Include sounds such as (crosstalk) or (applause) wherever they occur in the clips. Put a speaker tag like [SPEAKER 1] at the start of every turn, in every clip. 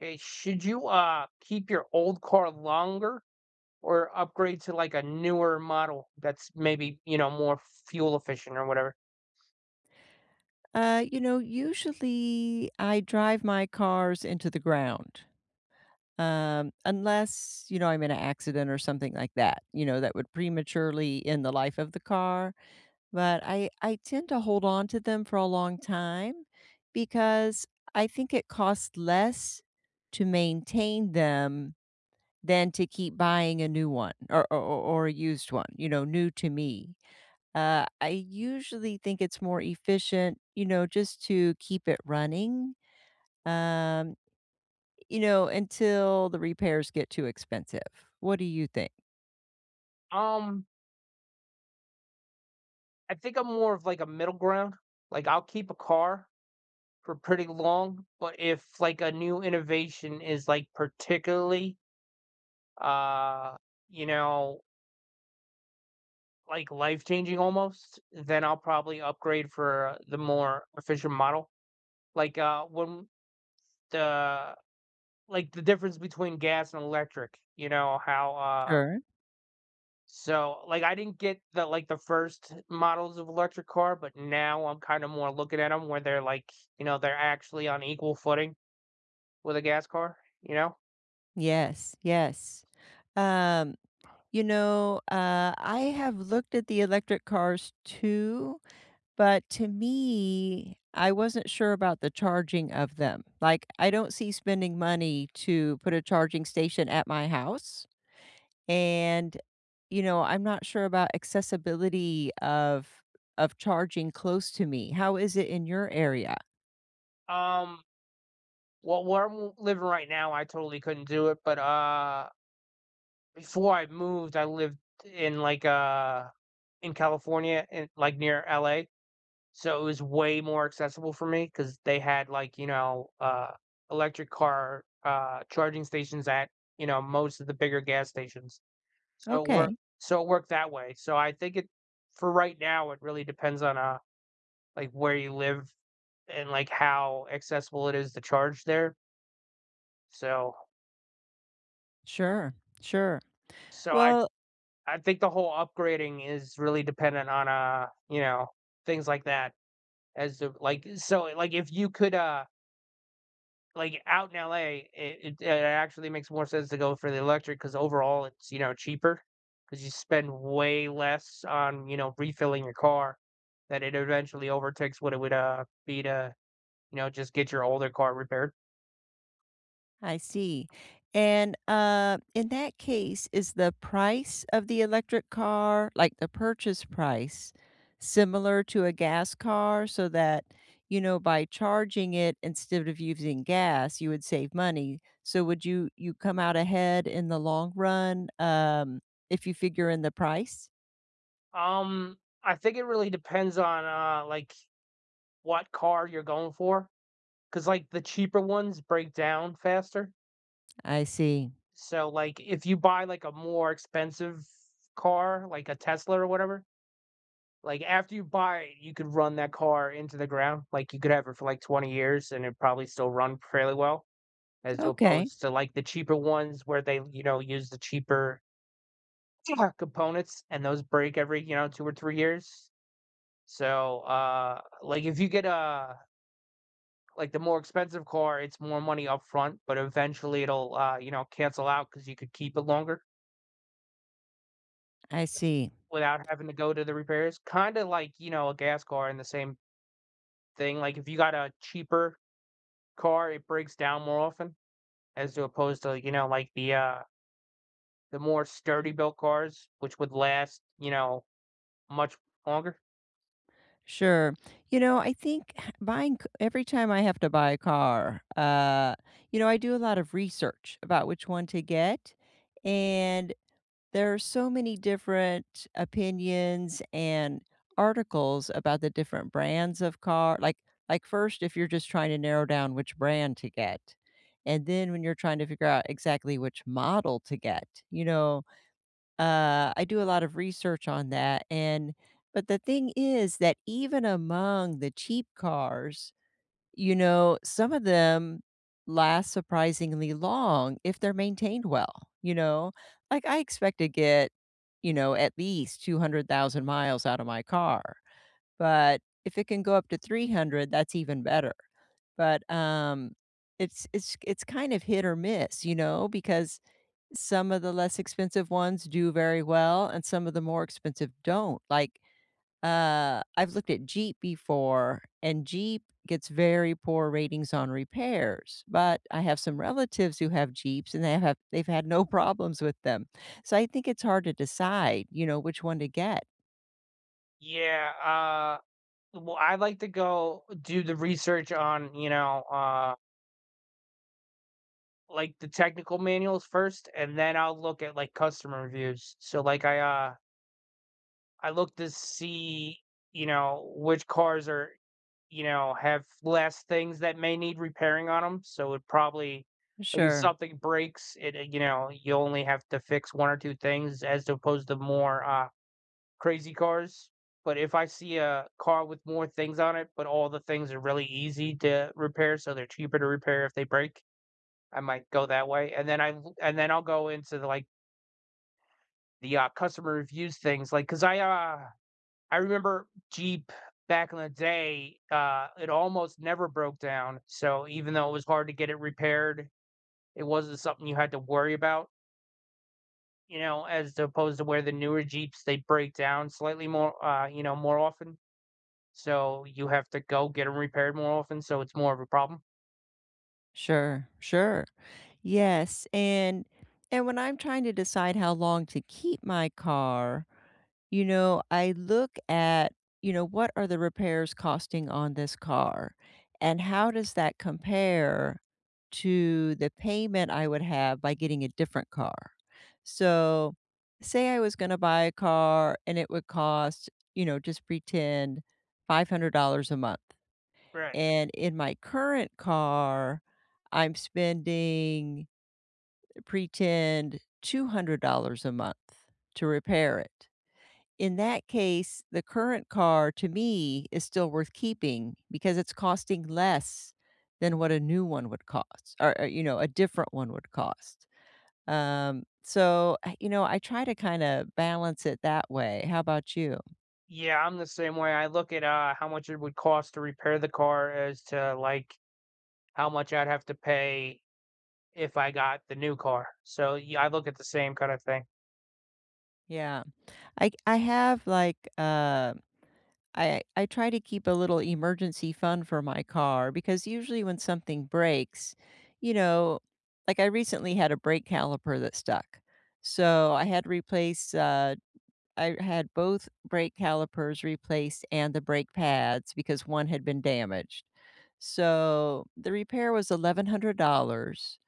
[SPEAKER 1] Hey, should you keep your old car longer or upgrade to like a newer model that's maybe, you know, more fuel efficient or whatever?
[SPEAKER 2] Usually I drive my cars into the ground, unless, you know, I'm in an accident or something like that, you know, that would prematurely end the life of the car. But I tend to hold on to them for a long time because I think it costs less to maintain them than to keep buying a new one or a used one, you know, new to me. I usually think it's more efficient, you know, just to keep it running, um, you know, until the repairs get too expensive. What do you think?
[SPEAKER 1] Um, I think I'm more of like a middle ground. Like I'll keep a car for pretty long, but if like a new innovation is like particularly uh, you know, like life-changing almost, then I'll probably upgrade for the more efficient model. Like uh when the Like, the difference between gas and electric, you know,
[SPEAKER 2] Sure.
[SPEAKER 1] so, like, I didn't get the first models of electric car, but now I'm kinda more looking at them where they're, like, you know, they're actually on equal footing with a gas car, you know?
[SPEAKER 2] Yes, yes. Um, you know, I have looked at the electric cars too, but to me, I wasn't sure about the charging of them. Like, I don't see spending money to put a charging station at my house. And, you know, I'm not sure about accessibility of charging close to me. How is it in your area?
[SPEAKER 1] Um, well, where I'm living right now, I totally couldn't do it, but, before I moved, I lived in, like, uh in California, in, like, near LA. So, it was way more accessible for me because they had, like, you know, electric car, charging stations at, you know, most of the bigger gas stations.
[SPEAKER 2] Okay.
[SPEAKER 1] So it worked that way. So I think it For right now, it really depends on, like, where you live and, like, how accessible it is to charge there. So
[SPEAKER 2] Sure. Sure.
[SPEAKER 1] so I
[SPEAKER 2] Well,
[SPEAKER 1] I think the whole upgrading is really dependent on, you know, things like that as the like, so, like, if you could, like, out in LA, actually makes more sense to go for the electric because overall it's, you know, cheaper because you spend way less on, you know, refilling your car, that it eventually overtakes what it would, be to, you know, just get your older car repaired.
[SPEAKER 2] I see. And in that case, is the price of the electric car, like the purchase price, similar to a gas car so that, you know, by charging it instead of using gas, you would save money. So would you come out ahead in the long run if you figure in the price?
[SPEAKER 1] Um, I think it really depends on, like, what car you're going for? Cause like, the cheaper ones break down faster.
[SPEAKER 2] I see.
[SPEAKER 1] So, like, if you buy, like, a more expensive car, like a Tesla or whatever, like, after you buy it, you could run that car into the ground. Like, you could have it for, like, 20 years, and it probably still run fairly well, as
[SPEAKER 2] Okay,
[SPEAKER 1] opposed to, like, the cheaper ones where they, you know, use the cheaper components, and those break every, you know, 2 or 3 years. So, like, if you get a like the more expensive car, it's more money up front, but eventually it'll you know, cancel out because you could keep it longer
[SPEAKER 2] I see.
[SPEAKER 1] without having to go to the repairs. Kinda like, you know, a gas car and the same thing. Like if you got a cheaper car, it breaks down more often as to opposed to, you know, the more sturdy built cars, which would last, you know, much longer.
[SPEAKER 2] Sure. You know, I think buying c every time I have to buy a car, you know, I do a lot of research about which one to get, and there are so many different opinions and articles about the different brands of car. Like first, if you're just trying to narrow down which brand to get, and then when you're trying to figure out exactly which model to get, you know, I do a lot of research on that, and but the thing is that even among the cheap cars, you know, some of them last surprisingly long if they're maintained well, you know? Like, I expect to get, you know, at least 200,000 miles out of my car, but if it can go up to 300, that's even better. But, it's kind of hit or miss, you know, because some of the less expensive ones do very well and some of the more expensive don't. Like, I've looked at Jeep before and Jeep gets very poor ratings on repairs, but I have some relatives who have Jeeps and they've had no (laughs) problems with them. So I think it's hard to decide, you know, which one to get.
[SPEAKER 1] Yeah, well I like to go do the research on, you know, like, the technical manuals first, and then I'll look at, like, customer reviews. So, like, I look to see, you know, which cars are, you know, have less things that may need repairing on them. So it probably like, if
[SPEAKER 2] Sure.
[SPEAKER 1] something breaks, it, you know, you only have to fix 1 or 2 things as opposed to more, crazy cars. But if I see a car with more things on it, but all the things are really easy to repair, so they're cheaper to repair if they break, I might go that way, and then I'll go into the customer reviews things, I remember Jeep back in the day, it almost never broke down, so even though it was hard to get it repaired, it wasn't something you had to worry about, you know, as opposed to where the newer Jeeps, they break down slightly more, more often, so you have to go get them repaired more often, so it's more of a problem.
[SPEAKER 2] Sure. Sure. Yes, and when I'm trying to decide how long to keep my car, you know, I look at, you know, what are the repairs costing on this car? And how does that compare to the payment I would have by getting a different car? So, say I was going to buy a car and it would cost, you know, just pretend $500 a month.
[SPEAKER 1] Right.
[SPEAKER 2] And in my current car, I'm spending pretend $200 a month to repair it. In that case, the current car to me is still worth keeping because it's costing less than what a new one would cost you know, a different one would cost. So, you know, I try to kind of balance it that way. How about you?
[SPEAKER 1] Yeah, I'm the same way, I look at, how much it would cost to repair the car as to, like, how much I'd have to pay if I got the new car. So yeah, I look at the same kind of thing.
[SPEAKER 2] Yeah. I have like I try to keep a little emergency fund for my car because usually when something breaks, you know, like I recently had a brake caliper that stuck. So I had to replace I had both brake calipers replaced and the brake pads because one had been damaged. So the repair was $1,100.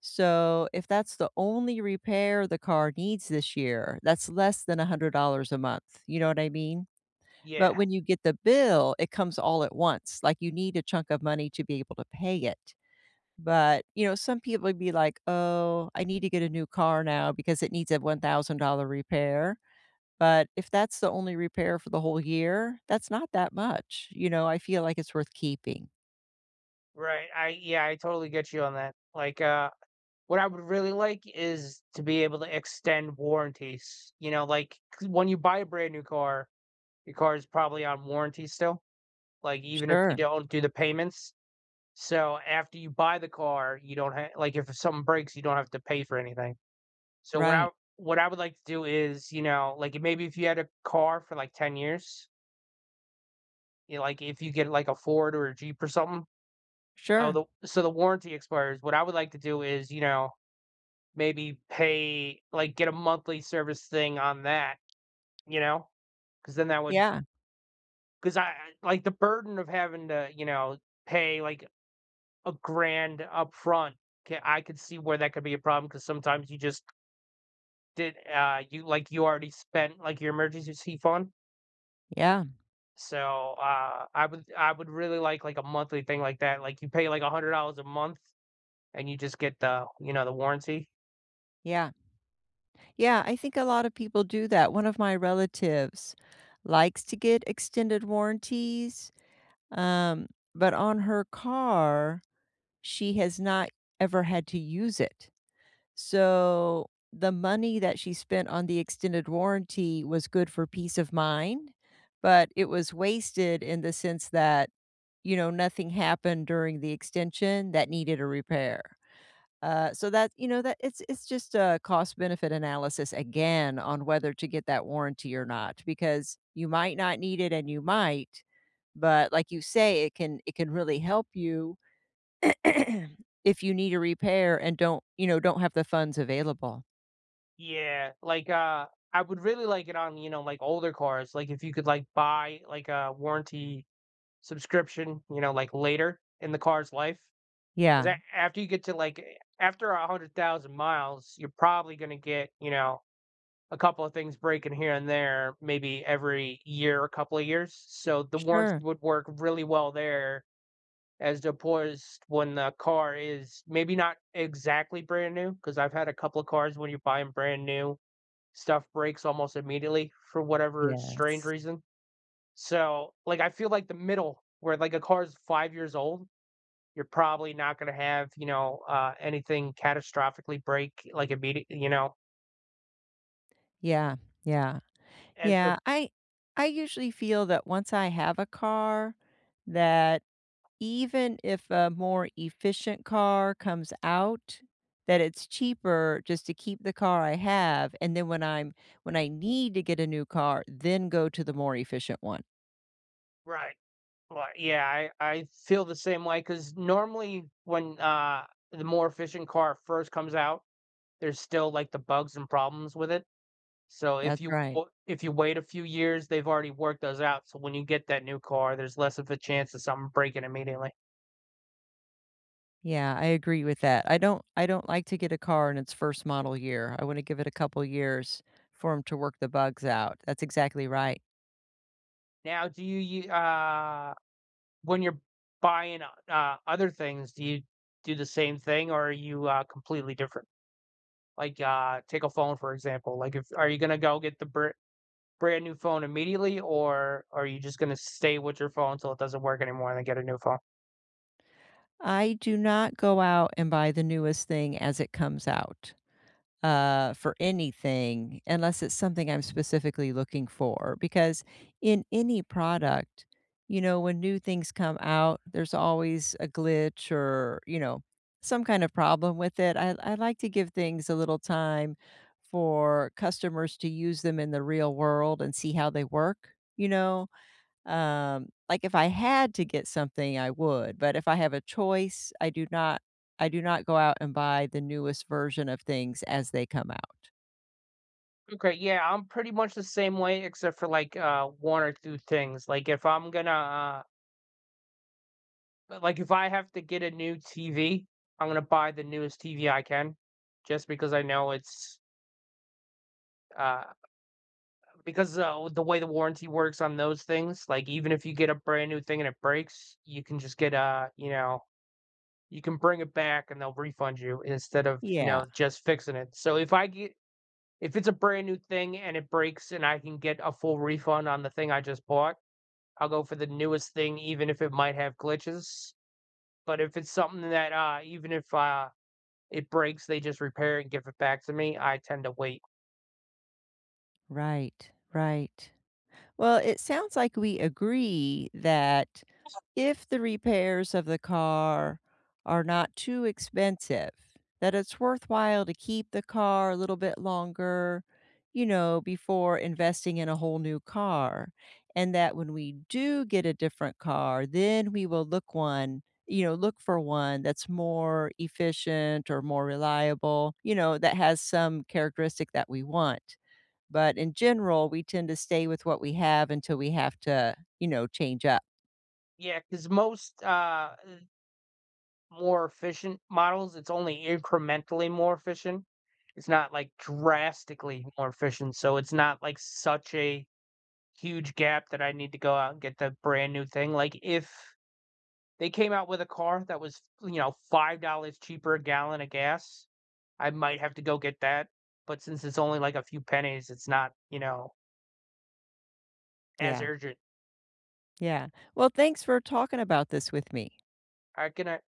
[SPEAKER 2] So if that's the only repair the car needs this year, that's less than $100 a month. You know what I mean?
[SPEAKER 1] Yeah,
[SPEAKER 2] But when you get the bill, it comes all at once. Like, you need a chunk of money to be able to pay it. But, you know, some people would be like, "Oh, I need to get a new car now because it needs a $1,000 repair." But if that's the only repair for the whole year, that's not that much. You know, I feel like it's worth keeping.
[SPEAKER 1] right. I totally get you on that. What I would really like is to be able to extend warranties. You know, like 'cause when you buy a brand new car, your car is probably on warranty still, like even if you
[SPEAKER 2] Sure.
[SPEAKER 1] don't do the payments. So after you buy the car, you don't have like if something breaks, you don't have to pay for anything. So what I
[SPEAKER 2] Right.
[SPEAKER 1] what I would like to do is, you know, like maybe if you had a car for like 10 years. You know, like, if you get, like, a Ford or a Jeep or something, oh,
[SPEAKER 2] Sure.
[SPEAKER 1] the warranty expires. What I would like to do is, you know, get a monthly service thing on that, you know, because then that would
[SPEAKER 2] Yeah.
[SPEAKER 1] 'cause I like, the burden of having to, you know, pay, like, a grand upfront, ca I could see where that could be a problem because sometimes you like, you already spent, like, your emergency fund.
[SPEAKER 2] Yeah.
[SPEAKER 1] So, I would really like, a monthly thing like that, like, you pay, like, $100 a month and you just get the, you know, the warranty?
[SPEAKER 2] Yeah. Yeah, I think a lot of people do that. One of my relatives likes to get extended warranties. Um, but on her car, she has not ever had to use it. So the money that she spent on the extended warranty was good for peace of mind, but it was wasted in the sense that, you know, nothing happened during the extension that needed a repair. So that you know that it's just a cost benefit analysis again on whether to get that warranty or not because you might not need it and you might but like you say, it can really help you (clears throat) if you need a repair and don't, you know, don't have the funds available.
[SPEAKER 1] Yeah, like, I would really like it on, you know, like older cars. Like if you could buy like a warranty subscription, you know, like later in the car's life. 'Cause
[SPEAKER 2] Yeah,
[SPEAKER 1] a After you get to after a 100,000 miles, you're probably gonna get, you know, a couple of things breaking here and there, maybe every year, a couple of years. So the warranty
[SPEAKER 2] sure.
[SPEAKER 1] would work really well there. As opposed when the car is maybe not exactly brand new because I've had a couple of cars when you buy them brand new, stuff breaks almost immediately for whatever strange
[SPEAKER 2] Yes.
[SPEAKER 1] reason. So, like, I feel like the middle where like a car is 5 years old, you're probably not going to have anything catastrophically break like immediate you know
[SPEAKER 2] Yeah, yeah.
[SPEAKER 1] as a
[SPEAKER 2] Yeah, I usually feel that once I have a car, that even if a more efficient car comes out, that it's cheaper just to keep the car I have, and then when I need to get a new car, then go to the more efficient one.
[SPEAKER 1] Right. Well, yeah, I feel the same way because normally when the more efficient car first comes out, there's still, like, the bugs and problems with it. So
[SPEAKER 2] That's right.
[SPEAKER 1] if you wait a few years, they've already worked those out, so when you get that new car, there's less of a chance of something breaking immediately.
[SPEAKER 2] Yeah, I agree with that. I don't like to get a car in its first model year. I want to give it a couple years for them to work the bugs out. That's exactly right.
[SPEAKER 1] Now do you u when you're buying, other things, do you do the same thing, or are you, completely different? Like, take a phone, for example, like, if are you gonna go get the br brand new phone immediately, or are you just gonna stay with your phone until it doesn't work anymore and then get a new phone?
[SPEAKER 2] I do not go out and buy the newest thing as it comes out. For anything unless it's something I'm specifically looking for. Because in any product, you know, when new things come out, there's always a glitch or, you know, some kind of problem with it. I like to give things a little time for customers to use them in the real world and see how they work, you know? Like, if I had to get something, I would, but if I have a choice, I do not go out and buy the newest version of things as they come out.
[SPEAKER 1] Okay, yeah, I'm pretty much the same way except for like one or two things. Like if I have to get a new TV, I'm gonna buy the newest TV I can just because I know it's uh because the way the warranty works on those things, like even if you get a brand new thing and it breaks, you can just get you know, you can bring it back and they'll refund you instead of, you
[SPEAKER 2] Yeah.
[SPEAKER 1] know, just fixing it. So if I get if it's a brand new thing and it breaks and I can get a full refund on the thing I just bought, I'll go for the newest thing, even if it might have glitches. But if it's something that, even if it breaks, they just repair it and give it back to me. I tend to wait.
[SPEAKER 2] Right, right. Well, it sounds like we agree that if the repairs of the car are not too expensive, that it's worthwhile to keep the car a little bit longer, you know, before investing in a whole new car. And that when we do get a different car, then we will look one, you know, look for one that's more efficient or more reliable, you know, that has some characteristic that we want. But in general, we tend to stay with what we have until we have to, you know, change up.
[SPEAKER 1] Yeah, because most more efficient models, it's only incrementally more efficient. It's not like drastically more efficient, so it's not like such a huge gap that I need to go out and get the brand new thing. Like if they came out with a car that was, you know, $5 cheaper a gallon of gas. I might have to go get that, but since it's only like a few pennies, it's not, you know, as
[SPEAKER 2] Yeah,
[SPEAKER 1] urgent.
[SPEAKER 2] yeah. Well, thanks for talking about this with me.
[SPEAKER 1] I can, I?